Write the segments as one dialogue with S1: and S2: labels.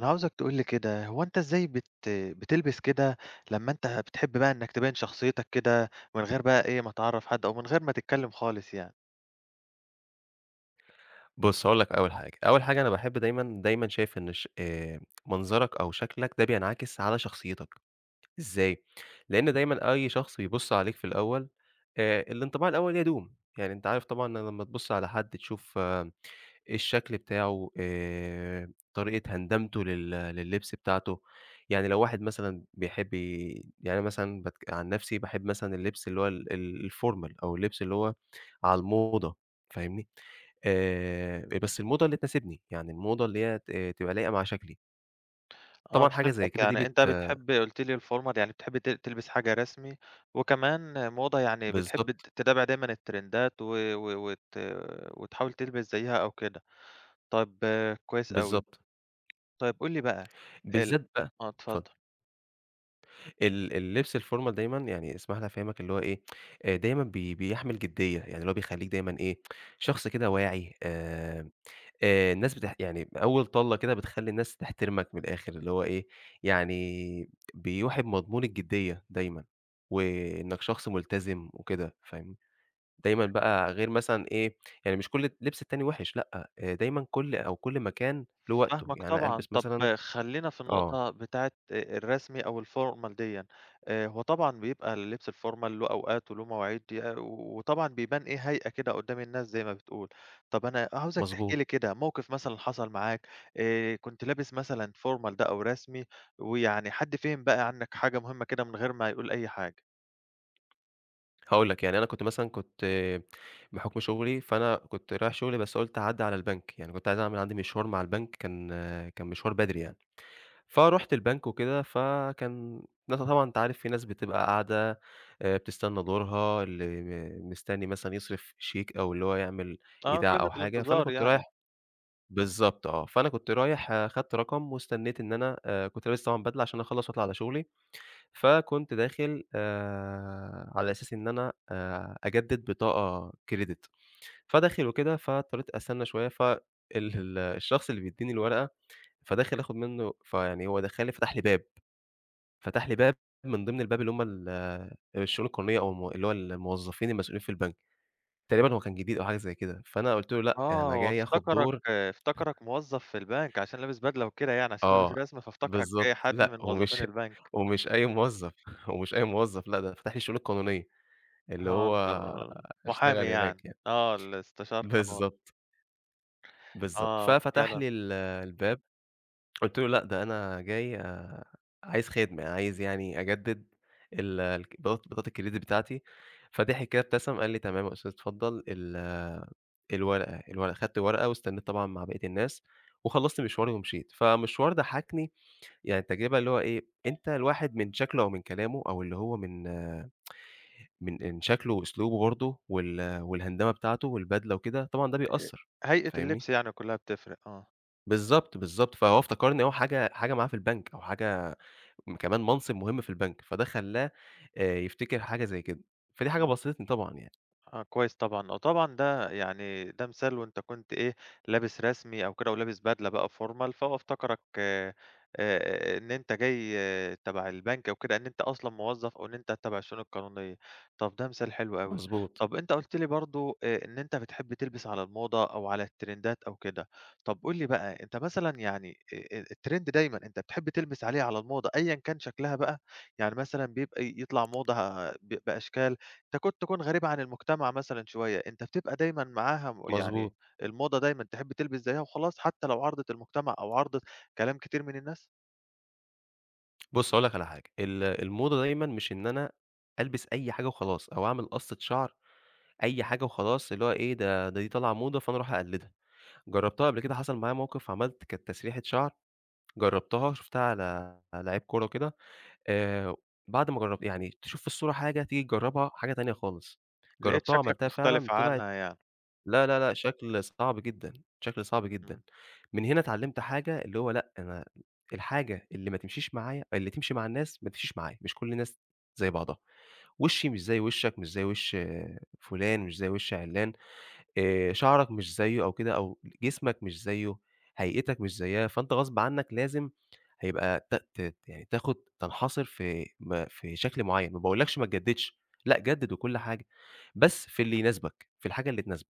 S1: أنا عاوزك تقول لي كده، هو أنت إزاي بتلبس كده لمّا أنت بتحب بقى إنك تبيّن شخصيتك كده من غير بقى إيه، ما تعرّف حد أو من غير ما تتكلّم خالص يعني؟
S2: بُص، هاقول لك أول حاجة، أول حاجة أنا باحب دايمًا، دايمًا شايف إن ش منظرك أو شكلك ده بينعكس على شخصيتك. إزاي؟ لإن دايمًا أي شخص بيبُص عليك في الأول. الانطباع الأول يدوم. يعني أنت عارف طبعًا إن لمّا تبُص على حد تشوف الشكل بتاعه، طريقة هندامته لللبس بتاعته. يعني لو واحد مثلًا بيحب يعني أنا مثلًا بتك عن نفسي باحب مثلًا اللبس اللي هو ال ال الformal أو اللبس اللي هو على الموضة. فاهمني؟ بس الموضة اللي تناسبني، يعني الموضة اللي هي ت آه، تبقى لايقة مع شكلي.
S1: آه
S2: طبعًا حاجة زي
S1: فهمتك،
S2: كده دي
S1: يعني أنت بتحب قُلت لي الformal يعني بتحب تلبس حاجة رسمي، وكمان موضة يعني بتحب
S2: بالضبط،
S1: تتابع دايمًا الترندات و وتحاول تلبس زيّها أو كده. طيب آه، كويس أوي،
S2: بالضبط،
S1: طيب قُل لي بقى ال
S2: بالذات بقى.
S1: آه
S2: اتفضل.
S1: اتفضل.
S2: اللبس الformal دايمًا يعني اسمح لي أفهمك اللي هو إيه. دايمًا بيحمل جدية، يعني اللي هو بيخلّيك دايمًا إيه، شخص كده واعي. الناس يعني أول طَلّة كده بتخلّي الناس تحترمك من الآخر، اللي هو إيه، يعني بيوحي بمضمون الجدية دايمًا، وإنك شخص ملتزم وكده فاهمني. دايمًا بقى غير مثلًا إيه، يعني مش كل اللبس التاني وِحِش لأ. دايمًا كل أو كل مكان له وقته.
S1: فاهمك
S2: يعني أنا
S1: طبعًا.
S2: ألبس مثلًا
S1: طب خلّينا في
S2: آه،
S1: النقطة بتاعة الرسمي أو الformal ديًّا. هو طبعًا بيبقى اللبس الformal له أوقات وله مواعيد وطبعًا بيبان إيه، هيئة كده قدّام الناس زي ما بتقول. طب أنا عاوزك تحكي
S2: مضبوط.
S1: لي كده موقف مثلًا حصل معاك، كنت لابس مثلًا formal ده أو رسمي ويعني حد فِهم بقى عنّك حاجة مهمة كده من غير ما يقول أي حاجة؟
S2: هاقول لك، يعني أنا كنت مثلًا كنت بحُكم شغلي، فأنا كنت رايح شغلي بس قُلت أعدّي على البنك. يعني كنت عايز أعمل عندي مشوار مع البنك، كان مشوار بدري يعني. فرُحت البنك وكده، فكان ناس طبعًا أنت عارف في ناس بتبقى قاعدة بتستنى دورها، اللي مستني مثلًا يصرف شيك أو اللي هو يعمل
S1: آه،
S2: إيداع أو
S1: قيمة
S2: حاجة. فأنا
S1: الانتظار
S2: كنت
S1: يعني.
S2: رايح بالضبط آه، فأنا كنت رايح آه، خدت رقم واستنيت إن أنا كنت لابس طبعًا بدلة عشان أخلّص وأطلع على شغلي. فكنت داخل على أساس إن أنا أجدد بطاقة credit. فداخل وكده، فاضطريت أستنى شوية. ف ال ال الشخص اللي بيدّيني الورقة، فداخل آخد منه فيعني هو دخّلني فتح لي باب، فتح لي باب من ضمن الباب اللي هم الشؤون القانونية أو اللي هو الموظفين المسؤولين في البنك. تقريبا هو كان جديد أو حاجة زي كده. فأنا قُلت له: "لأ،
S1: آه،
S2: أنا
S1: هو
S2: جاي آخد
S1: افتكرك
S2: دور".
S1: افتكرك موظف في البنك عشان لابس بدلة وكده يعني، عشان لابس
S2: آه،
S1: رسمي فافتكرك إيه،
S2: بالضبط،
S1: حد
S2: لأ
S1: من موظفين
S2: ومش
S1: البنك.
S2: ومش أي موظف، ومش أي موظف، لأ ده فتح لي الشؤون القانونية اللي هو
S1: هاندر محامي
S2: أشتغل
S1: يعني،
S2: هناك يعني.
S1: آه، الاستشار قانون،
S2: بالضبط، بالضبط.
S1: آه،
S2: ففتح
S1: فعلًا
S2: لي الباب. قُلت له: "لأ، ده أنا جاي عايز خدمة، عايز يعني أجدد ال الك بط بطاقة الcredit بتاعتي." فضحك كده، ابتسم، قال لي: "تمام يا أستاذ، اتفضل ال آه، الورقة، الورقة." خدت الورقة واستنيت طبعًا مع بقية الناس وخلّصت مشواري ومشيت. فمشوار ضحّكني. يعني التجربة اللي هو إيه، أنت الواحد من شكله أو من كلامه أو اللي هو من من إن شكله وأسلوبه برضه والهندامة بتاعته والبدلة وكده، طبعًا ده بيأثّر.
S1: هيئة
S2: فاهمني؟
S1: اللبس يعني كلّها بتفرق، آه.
S2: بالضبط، بالضبط. فهو افتكرني أهو حاجة معاه في البنك أو حاجة كمان منصب مهم في البنك. فده خلّاه يفتكر حاجة زي كده. فدي حاجة بسطتني طبعًا يعني.
S1: آه كويس طبعًا، آه طبعًا ده يعني ده مثال وأنت كنت إيه، لابس رسمي أو كده ولابس بدلة بقى formal فهو افتكرك إن أنت جاي آه، تبع البنك أو كده، إن أنت أصلًا موظف أو إن أنت تبع الشؤون القانونية. طب ده مثال حلو أوي.
S2: مضبوط،
S1: طب أنت قُلت لي برضه إن أنت بتحب تلبس على الموضة أو على الترندات أو كده، طب قُل لي بقى أنت مثلًا يعني الtrend دايمًا أنت بتحب تلبس عليه على الموضة أيًا كان شكلها بقى؟ يعني مثلًا بيبقى يطلع موضة آه، بأشكال تكاد تكون غريبة عن المجتمع مثلًا شوية، أنت بتبقى دايمًا معاها
S2: مضبوط.
S1: يعني الموضة دايمًا تحب تلبس زيها وخلاص، حتى لو عارضت المجتمع أو عارضت كلام كتير من الناس،
S2: بُص هاقول لك على حاجة، الموضة دايمًا مش إن أنا ألبس أي حاجة وخلاص أو أعمل قَصّة شعر أي حاجة وخلاص، اللي هو إيه ده ده دي طالعة موضة فأنا أروح أقلّدها. جرّبتها قبل كده، حصل معايا موقف عملت كانت تسريحة شعر جرّبتها، شُفتها على لعيب كورة وكده. آآ بعد ما جرّبت يعني تشوف في الصورة حاجة، تيجي تجرّبها حاجة تانية خالص.
S1: لقيت
S2: جرّبتها
S1: شكلك
S2: وعملتها فعلًا،
S1: مختلف
S2: طلعت
S1: عنها يعني.
S2: لا، لا، لأ، شكل صعب جدًا، شكل صعب جدًا.
S1: إمم.
S2: من هنا اتعلّمت حاجة، اللي هو لأ، أنا الحاجة اللي ما تمشيش معايا اللي تمشي مع الناس، ما تمشيش معايا. مش كل الناس زي بعضها. وشّي مش زي وشّك، مش زي وش فلان، مش زي وش عِلّان. شعرك مش زيه أو كده أو جسمك مش زيه، هيئتك مش زيّها. فأنت غصب عنّك لازم هيبقى ت ت يعني تاخد تنحصر في شكل معيّن. ما باقولكش ما تجددش، لأ جدد وكل حاجة، بس في اللي يناسبك، في الحاجة اللي تناسبك.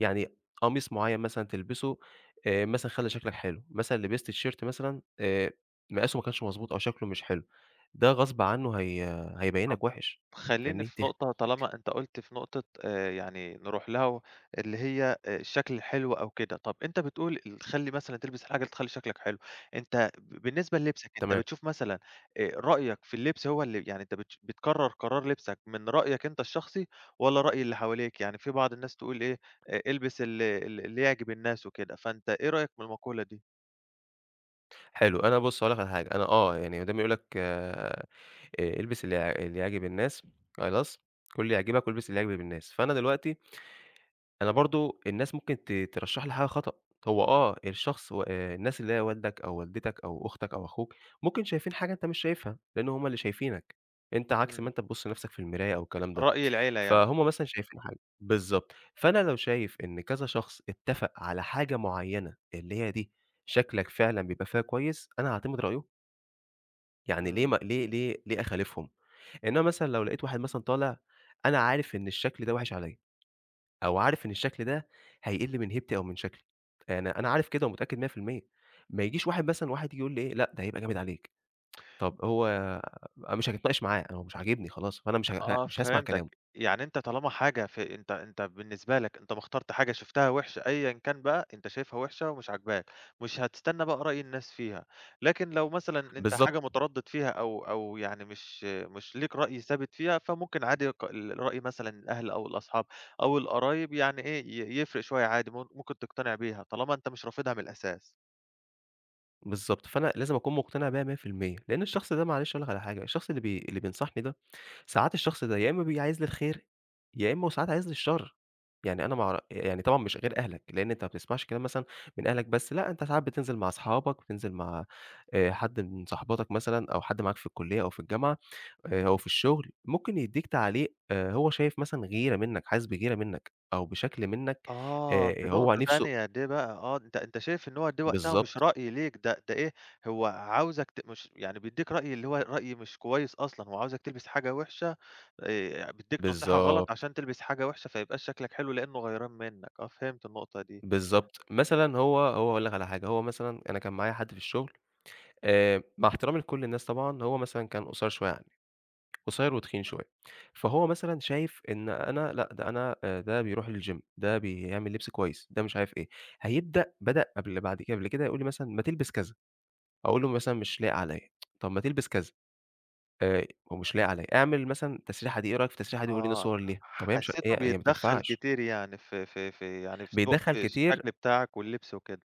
S2: يعني قميص معيّن مثلًا تلبسه مثلًا خلّى شكلك حلو. مثلًا لبست تيشيرت مثلًا مقاسه ما كانش مضبوط أو شكله مش حلو، ده غصب عنّه هيبيّنك وِحِش.
S1: خلّيني
S2: فاهمني؟
S1: في نقطة طالما أنت قُلت في نقطة يعني نروح لها و اللي هي الشكل الحلو أو كده، طب أنت بتقول تخلّي مثلًا تلبس الحاجة اللي تخلّي شكلك حلو، أنت بالنسبة للبسك أنت
S2: تمام.
S1: بتشوف مثلًا رأيك في اللبس هو اللي يعني أنت بتقرّر قرار لبسك من رأيك أنت الشخصي والّا رأي اللي حواليك؟ يعني في بعض الناس تقول إيه، البس ال ال اللي يعجب الناس وكده، فأنت إيه رأيك من المقولة دي؟
S2: حلو. أنا بُص هاقول لك على حاجة، أنا آه، يعني ما دام يقول لك البس اللي يعجب الناس خلاص. كُل اللي يعجبك والبس اللي يعجب الناس. فأنا دلوقتي أنا برضه الناس ممكن ترشّح لي حاجة خطأ. هو آه الشخص و الناس اللي هي والدك أو والدتك أو أختك أو أخوك ممكن شايفين حاجة أنت مش شايفها، لإن هم اللي شايفينك. أنت عكس ما
S1: إمم،
S2: أنت بتبُص لنفسك في المراية أو الكلام ده.
S1: رأي العيلة يعني،
S2: فهُم مثلًا شايفين حاجة بالضبط. فأنا لو شايف إن كذا شخص اتفق على حاجة معيّنة اللي هي دي شكلك فعلًا بيبقى فيها كويس، أنا هاعتمد رأيهم. يعني ليه
S1: إمم.
S2: ما ليه ليه ليه أخالفهم؟ إنما مثلًا لو لقيت واحد مثلًا طالع، أنا عارف إن الشكل ده وِحِش عليّا، أو عارف إن الشكل ده هيقِل من هيبتي أو من شكلي. يعني أنا عارف كده ومتأكد 100%. ما يجيش واحد مثلًا واحد يجي يقول لي إيه، لأ ده هيبقى جامد عليك، طب هو أنا مش هاتناقش معاه. انا هو مش عاجبني خلاص، فأنا
S1: آه
S2: مش هاسمع
S1: فهمتك،
S2: كلامه،
S1: يعني أنت طالما حاجة في أنت بالنسبة لك أنت ما اخترت حاجة شُفتها وِحشة أيًا كان بقى، أنت شايفها وِحشة ومش عاجباك، مش هتستنى بقى رأي الناس فيها، لكن لو مثلًا أنت حاجة
S2: بالضبط.
S1: متردد فيها أو يعني مش ليك رأي ثابت فيها، فممكن عادي الرأي مثلًا الأهل أو الأصحاب أو القرايب يعني إيه، يفرق شوية عادي، ممكن تقتنع بيها طالما أنت مش رافضها من الأساس.
S2: بالضبط، فأنا لازم أكون مقتنع بيها 100% لأن الشخص ده معلش أقول لك على حاجة، الشخص اللي اللي بينصحني ده، ساعات الشخص ده يا إمّا بيبقى عايز لي الخير، يا إمّا وساعات عايز لي الشر. يعني أنا ما أعر يعني طبعًا مش غير أهلك. لأن أنت ما بتسمعش كلام مثلًا من أهلك بس، لأ أنت ساعات بتنزل مع أصحابك، بتنزل مع حد من صاحباتك مثلًا أو حد معاك في الكلية أو في الجامعة أو في الشغل. ممكن يدّيك تعليق هو شايف مثلًا غيرة منك، حاسس بغيرة منك أو بشكل منك
S1: آه، دي
S2: هو
S1: نقطة
S2: نِفْسه
S1: تانية، دي بقى آه، أنت شايف إن هو ده وقتها مش
S2: بالضبط،
S1: رأي ليك، ده إيه، هو عاوزك مش يعني بيدّيك رأي اللي هو رأي مش كويس أصلًا، هو عاوزك تلبس حاجة وِحشة بيدّيك نصيحة غلط
S2: بالضبط.
S1: عشان تلبس حاجة وِحشة، فيبقاش شكلك حلو لإنه غيران منّك، آه، فهمت النقطة دي،
S2: بالضبط. مثلًا هو هاقول لك على حاجة، هو مثلًا أنا كان معايا حد في الشغل مع احترامي لكل الناس طبعًا. هو مثلًا كان قصير شوية عني، قصير وتخين شوية. فهو مثلًا شايف إن أنا لأ، ده أنا ده بيروح الgym، ده بيعمل لبس كويس، ده مش عارف إيه. هيبدأ بدأ قبل بعد كده قبل كده يقول لي مثلًا: "ما تلبس كذا." أقول له مثلًا: "مش لايق عليَّ." "طب ما تلبس كذا." "هو مش لايق عليَّ." "اعمل مثلًا التسريحة دي، إيه رأيك في التسريحة دي؟" ويوريني
S1: آه،
S2: صور ليها. طب هي مش
S1: حسّيته
S2: هي ما
S1: بيتدخّل
S2: تنفعش.
S1: كتير يعني في يعني في سلوك
S2: بيدخّل
S1: في
S2: كتير
S1: الشكل بتاعك واللبس وكده.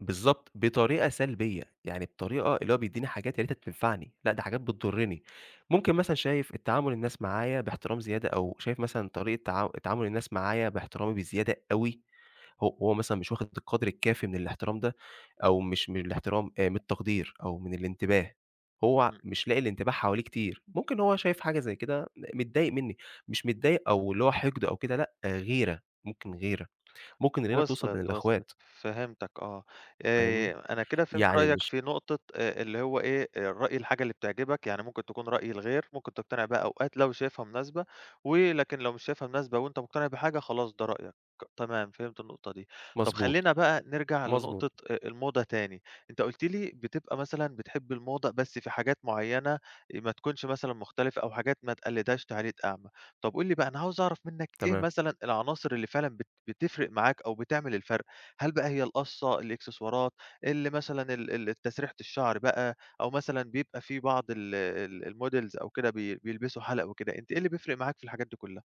S2: بالضبط، بطريقة سلبية. يعني
S1: إمم،
S2: بطريقة اللي هو بيدّيني حاجات يا ريتها تنفعني، لأ ده حاجات بتضرني. ممكن مثلًا شايف التعامل الناس معايا باحترام زيادة أو شايف مثلًا طريقة تعامل الناس معايا باحترامي بزيادة أوي. هو مثلًا مش واخد القدر الكافي من الاحترام ده أو مش من الاحترام من التقدير أو من الانتباه. هو
S1: إمم.
S2: مش لاقي الانتباه حواليه كتير، ممكن هو شايف حاجة زي كده متضايق منّي. مش متضايق أو اللي هو حقد أو كده لأ، آه، غيرة، ممكن غيرة، ممكن الغيرة بتوصل
S1: وصلت،
S2: بين
S1: وصلت،
S2: الإخوات.
S1: فهمتك آه،
S2: فاهمني؟
S1: أنا كده فهمت
S2: يعني
S1: رأيك
S2: مش
S1: في نقطة اللي هو إيه، آه، الرأي الحاجة اللي بتعجبك، يعني ممكن تكون رأي الغير، ممكن تقتنع بها أوقات لو شايفها مناسبة، ولكن لو مش شايفها مناسبة وأنت مقتنع بحاجة خلاص ده رأيك، تمام فهمت النقطة دي. طب
S2: مضبوط،
S1: خلّينا بقى نرجع
S2: مضبوط،
S1: لنقطة الموضة تاني، أنت قُلت لي بتبقى مثلًا بتحب الموضة بس في حاجات معينة ما تكونش مثلًا مختلفة أو حاجات ما تقلدهاش تعليد أعمى. طب قُل لي بقى، أنا عاوز أعرف منّك إيه
S2: تمام.
S1: مثلًا العناصر اللي فعلًا بتفرق معاك أو بتعمل الفرق؟ هل بقى هي القَصّة، الإكسسوارات، اللي مثلًا ال ال تسريحة الشعر بقى، أو مثلًا بيبقى في بعض ال ال الmodels أو كده بيلبسوا حَلَق وكده، أنت إيه اللي بيفرق معاك في الحاجات دي كلّها؟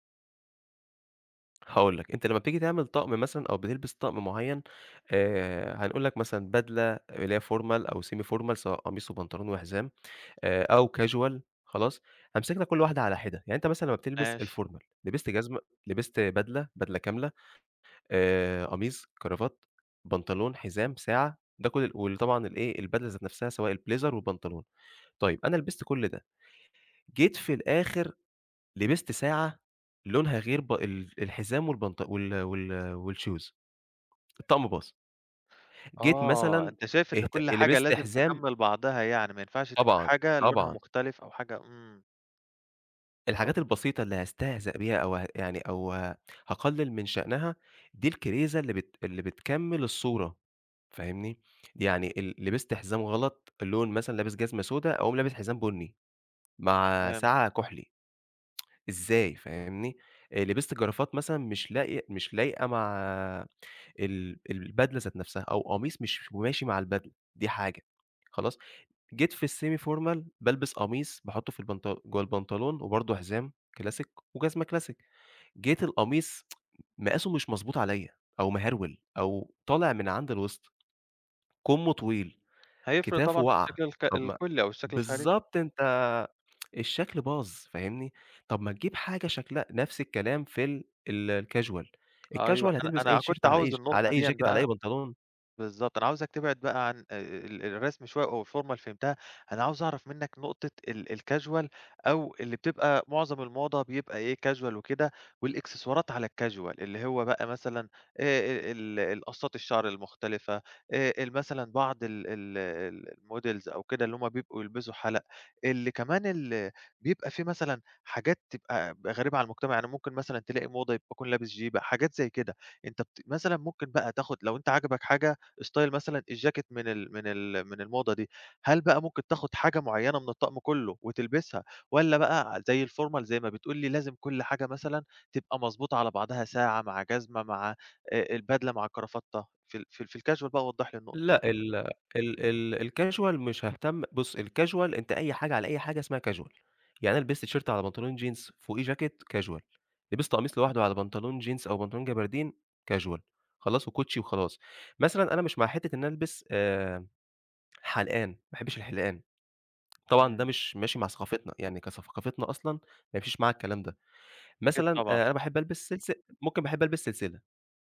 S2: هاقول لك، أنت لمّا بتيجي تعمل طقم مثلًا أو بتلبس طقم معيّن هنقول لك مثلًا بدلة اللي هي formal أو semi formal سواء قميص وبنطلون وحزام، أو casual خلاص. هَمسكنا كل واحدة على حِدة. يعني أنت مثلًا لمّا بتلبس
S1: ماشي.
S2: الformal لبست جزمة، لبست بدلة، بدلة كاملة، قميص، كرافات، بنطلون، حزام، ساعة. ده كل وطبعًا الإيه، البدلة ذات نفسها سواء البليزر والبنطلون. طيب أنا لبست كل ده. جيت في الآخر لبست ساعة لونها غير ب ال الحزام والبنط والshoes، الطقم باظ. جيت
S1: آه،
S2: مثلًا
S1: أنت شايف إن كل حاجة
S2: لبست
S1: لازم
S2: حزام،
S1: تكمّل بعضها يعني، ما ينفعش تبقى
S2: طبعًا،
S1: حاجة لونها
S2: طبعًا.
S1: مختلف أو حاجة إمم، نق
S2: الحاجات البسيطة اللي هاستهزأ بيها أو ه يعني أو ه هاقلل من شأنها، دي الكريزة اللي بتكمّل الصورة. فاهمني؟
S1: إمم،
S2: يعني لبست حزام غلط، اللون مثلًا لابس جزمة سودا أقوم لابس حزام بُني، مع
S1: فهمت،
S2: ساعة كُحْلي،
S1: إمم.
S2: إزاي فاهمني؟ لبست جرافات مثلًا مش لاقية مش لايقة مع البدلة ذات نفسها أو قميص مش ماشي مع البدلة، دي حاجة. خلاص؟ جيت في الsemi-formal بالبس قميص باحطه في جوه البنطلون وبرضه حزام كلاسيك وجزمة كلاسيك. جيت القميص مقاسه مش مضبوط عليَّ أو مهرول أو طالع من عند الوسط، كمّه طويل،
S1: هيفرق
S2: كتافه
S1: طبعًا في
S2: واقعة.
S1: الشكل
S2: طب ما
S1: الكُلّي أو الشكل الخارجي.
S2: بالضبط أنت الشكل باظ فاهمني؟ طب ما تجيب حاجة شكلها نفس الكلام في ال ال الcasual.
S1: أيوه،
S2: الcasual
S1: أنا
S2: هتلبس أي
S1: أنا
S2: تيشيرت
S1: كنت
S2: على أي
S1: عاوز
S2: على
S1: النقطة
S2: أي
S1: ديًا
S2: جاكيت على أي
S1: بقى
S2: بنطلون.
S1: بالضبط، أنا عاوزك تبعد بقى عن ال الرسم شوية أو الformal فهمتها، أنا عاوز أعرف منّك نقطة الcasual أو اللي بتبقى معظم الموضة بيبقى إيه casual وكده، والإكسسوارات على الcasual اللي هو بقى مثلًا آآ القصّات الشعر المختلفة، ال مثلًا بعض ال ال الmodels أو كده اللي هُم بيبقوا يلبسوا حَلَق، اللي كمان ال بيبقى في مثلًا حاجات تبقى غريبة على المجتمع، يعني ممكن مثلًا تلاقي موضة يبقى يكون لابس جيبة، حاجات زي كده، أنت مثلًا ممكن بقى تاخد لو أنت عاجبك حاجة style مثلًا الجاكيت من الموضة دي، هل بقى ممكن تاخد حاجة معيّنة من الطقم كلّه وتلبسها، والّا بقى زي الformal زي ما بتقول لي لازم كل حاجة مثلًا تبقى مضبوطة على بعضها ساعة مع جزمة مع البدلة مع الكرافتة، في الcasual بقى وضّح لي النقطة دي؟
S2: لأ ال ال ال الcasual مش هاهتم، بُص الcasual أنت أي حاجة على أي حاجة اسمها casual. يعني أنا لبست تيشيرت على بنطلون جينز فوقيه جاكيت casual، لبست قميص لوحده على بنطلون جينز أو بنطلون جبردين casual، خلاص وكوتشي وخلاص. مثلًا أنا مش مع حتّة إن أنا ألبس حلقان، ما باحبش الحلقان. طبعًا ده
S1: إمم،
S2: مش ماشي مع ثقافتنا، يعني كثقافتنا أصلًا ما يمشيش معاها الكلام ده.
S1: أكيد
S2: مثلًا
S1: طبعًا،
S2: أنا باحب ألبس ممكن باحب ألبس سلسلة.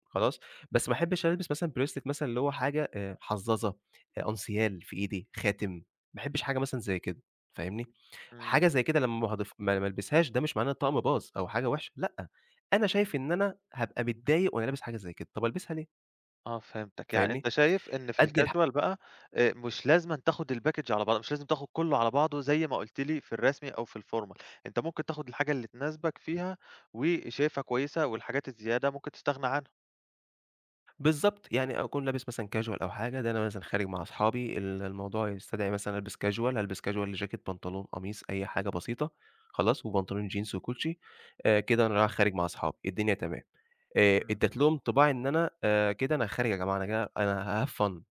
S2: خلاص. بس ما أحبش ألبس مثلًا bracelet مثلًا اللي هو حاجة حظّاظة، أنسيال في إيدي، خاتم. ما أحبش حاجة مثلًا زي كده. فاهمني؟
S1: إمم.
S2: حاجة زي كده لمّا هاضيف ما ما ألبسهاش ده مش معناه إن الطقم باظ أو حاجة وحشة، لأ. أنا شايف إن أنا هابقى متضايق وأنا لابس حاجة زي كده، طَب ألبسها ليه؟
S1: آه فهمتك، يعني
S2: فاهمني؟
S1: أنت شايف إن في
S2: أدّي الح
S1: الcasual بقى مش لازمًا تاخد الpackage على بعضه، مش لازم تاخد كلّه على بعضه زي ما قُلت لي في الرسمي أو في الformal، أنت ممكن تاخد الحاجة اللي تناسبك فيها وشايفها كويسة والحاجات الزيادة ممكن تستغنى عنها.
S2: بالضبط. يعني أكون لابس مثلًا casual أو حاجة، ده أنا مثلًا خارج مع أصحابي الموضوع يستدعي مثلًا ألبس casual. هالبس casual جاكيت، بنطلون، قميص، أي حاجة بسيطة، خلاص. وبنطلون جينز وكوتشي. كده أنا رايح خارج مع أصحابي، الدنيا تمام.
S1: إمم،
S2: ادّت لهم طِباع إن أنا كده أنا خارج يا جماعة. أنا جاي أنا هاhave fun.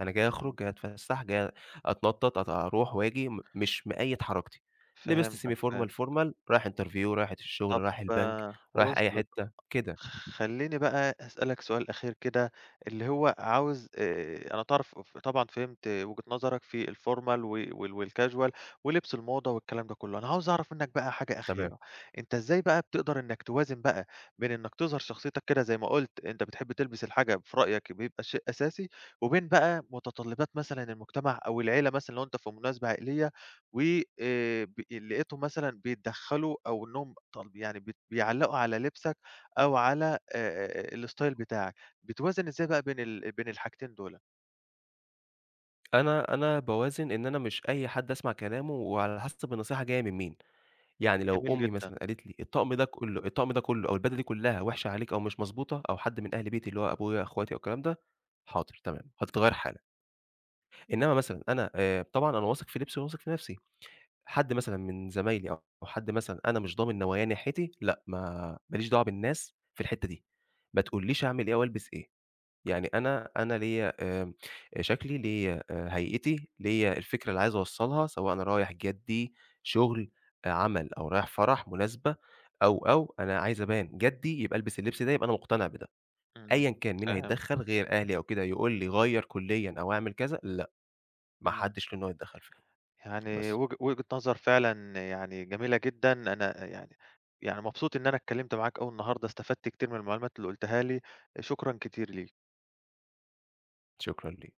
S2: أنا جاي أخرج،
S1: إمم.
S2: جاي أتفسّح، جاي أتنطّط، أروح وآجي. مش مقيّد حركتي. لبست
S1: فهمتك،
S2: semi formal،
S1: فهمتك.
S2: formal، رايح interview، رايح الشغل،
S1: طب
S2: رايح البنك،
S1: آه،
S2: رايح أي
S1: وصلت.
S2: حتّة، كده،
S1: خلّيني بقى أسألك سؤال أخير كده، اللي هو عاوز أنا تعرف طبعًا فهمت وجهة نظرك في الformal و والcasual ولبس الموضة والكلام ده كُلّه، أنا عاوز أعرف منّك بقى حاجة
S2: تمام.
S1: أخيرة، أنت إزاي بقى بتقدر إنّك توازن بقى بين إنّك تظهر شخصيتك كده زي ما قُلت، أنت بتحب تلبس الحاجة في رأيك بيبقى شيء أساسي، وبين بقى متطلبات مثلًا المجتمع أو العيلة مثلًا لو أنت في مناسبة عائلية و لقيتهم مثلًا بيتدخّلوا أو إنّهم طالب يعني بيعلّقوا على لبسك أو على آآ الstyle بتاعك، بتوازن إزاي بقى بين الحاجتين دُولة؟
S2: أنا باوازن إن أنا مش أي حد أسمع كلامه، وعلى حسب النصيحة جاية من مين. يعني لو
S1: جميل
S2: أمي
S1: جدًا،
S2: مثلًا قالت لي الطقم ده كُلّه أو البدلة دي كُلّها وِحشة عليك أو مش مضبوطة، أو حد من أهل بيتي اللي هو أبويا، أخواتي أو الكلام ده، حاضر تمام، هتتغيّر حالًا. إنّما مثلًا أنا طبعًا أنا واثق في لبسي وواثق في نَفْسي، حد مثلًا من زمايلي أو حد مثلًا أنا مش ضامن نواياه ناحيتي، لأ ما ما ليش دعوة بالناس في الحتّة دي. ما تقولّيش أعمل إيه وألبس إيه. يعني أنا ليّا آمم شكلي، ليّا هيئتي، ليّا الفكرة اللي عايز أوصّلها سواء أنا رايح جَدّي شُغل، آه، عمل، أو رايح فرح، مناسبة، أو، أو، أنا عايز أبان جَدّي يبقى ألبس اللبس ده، يبقى أنا مقتنع بده.
S1: إمم،
S2: أيًا كان مين
S1: فاهم،
S2: هيتدخّل غير أهلي أو كده يقول لي غيّر كُليًا أو اعمل كذا، لأ. ما
S1: إمم،
S2: حدّش له إن هو يتدخّل في كده،
S1: يعني
S2: بس
S1: وجهة نظر فعلًا يعني جميلة جدًا، أنا يعني يعني مبسوط إن أنا اتكلمت معاك أوي النهارده، استفدت كتير من المعلومات اللي قُلتها لي، شكرًا كتير ليك.
S2: شكرًا ليك.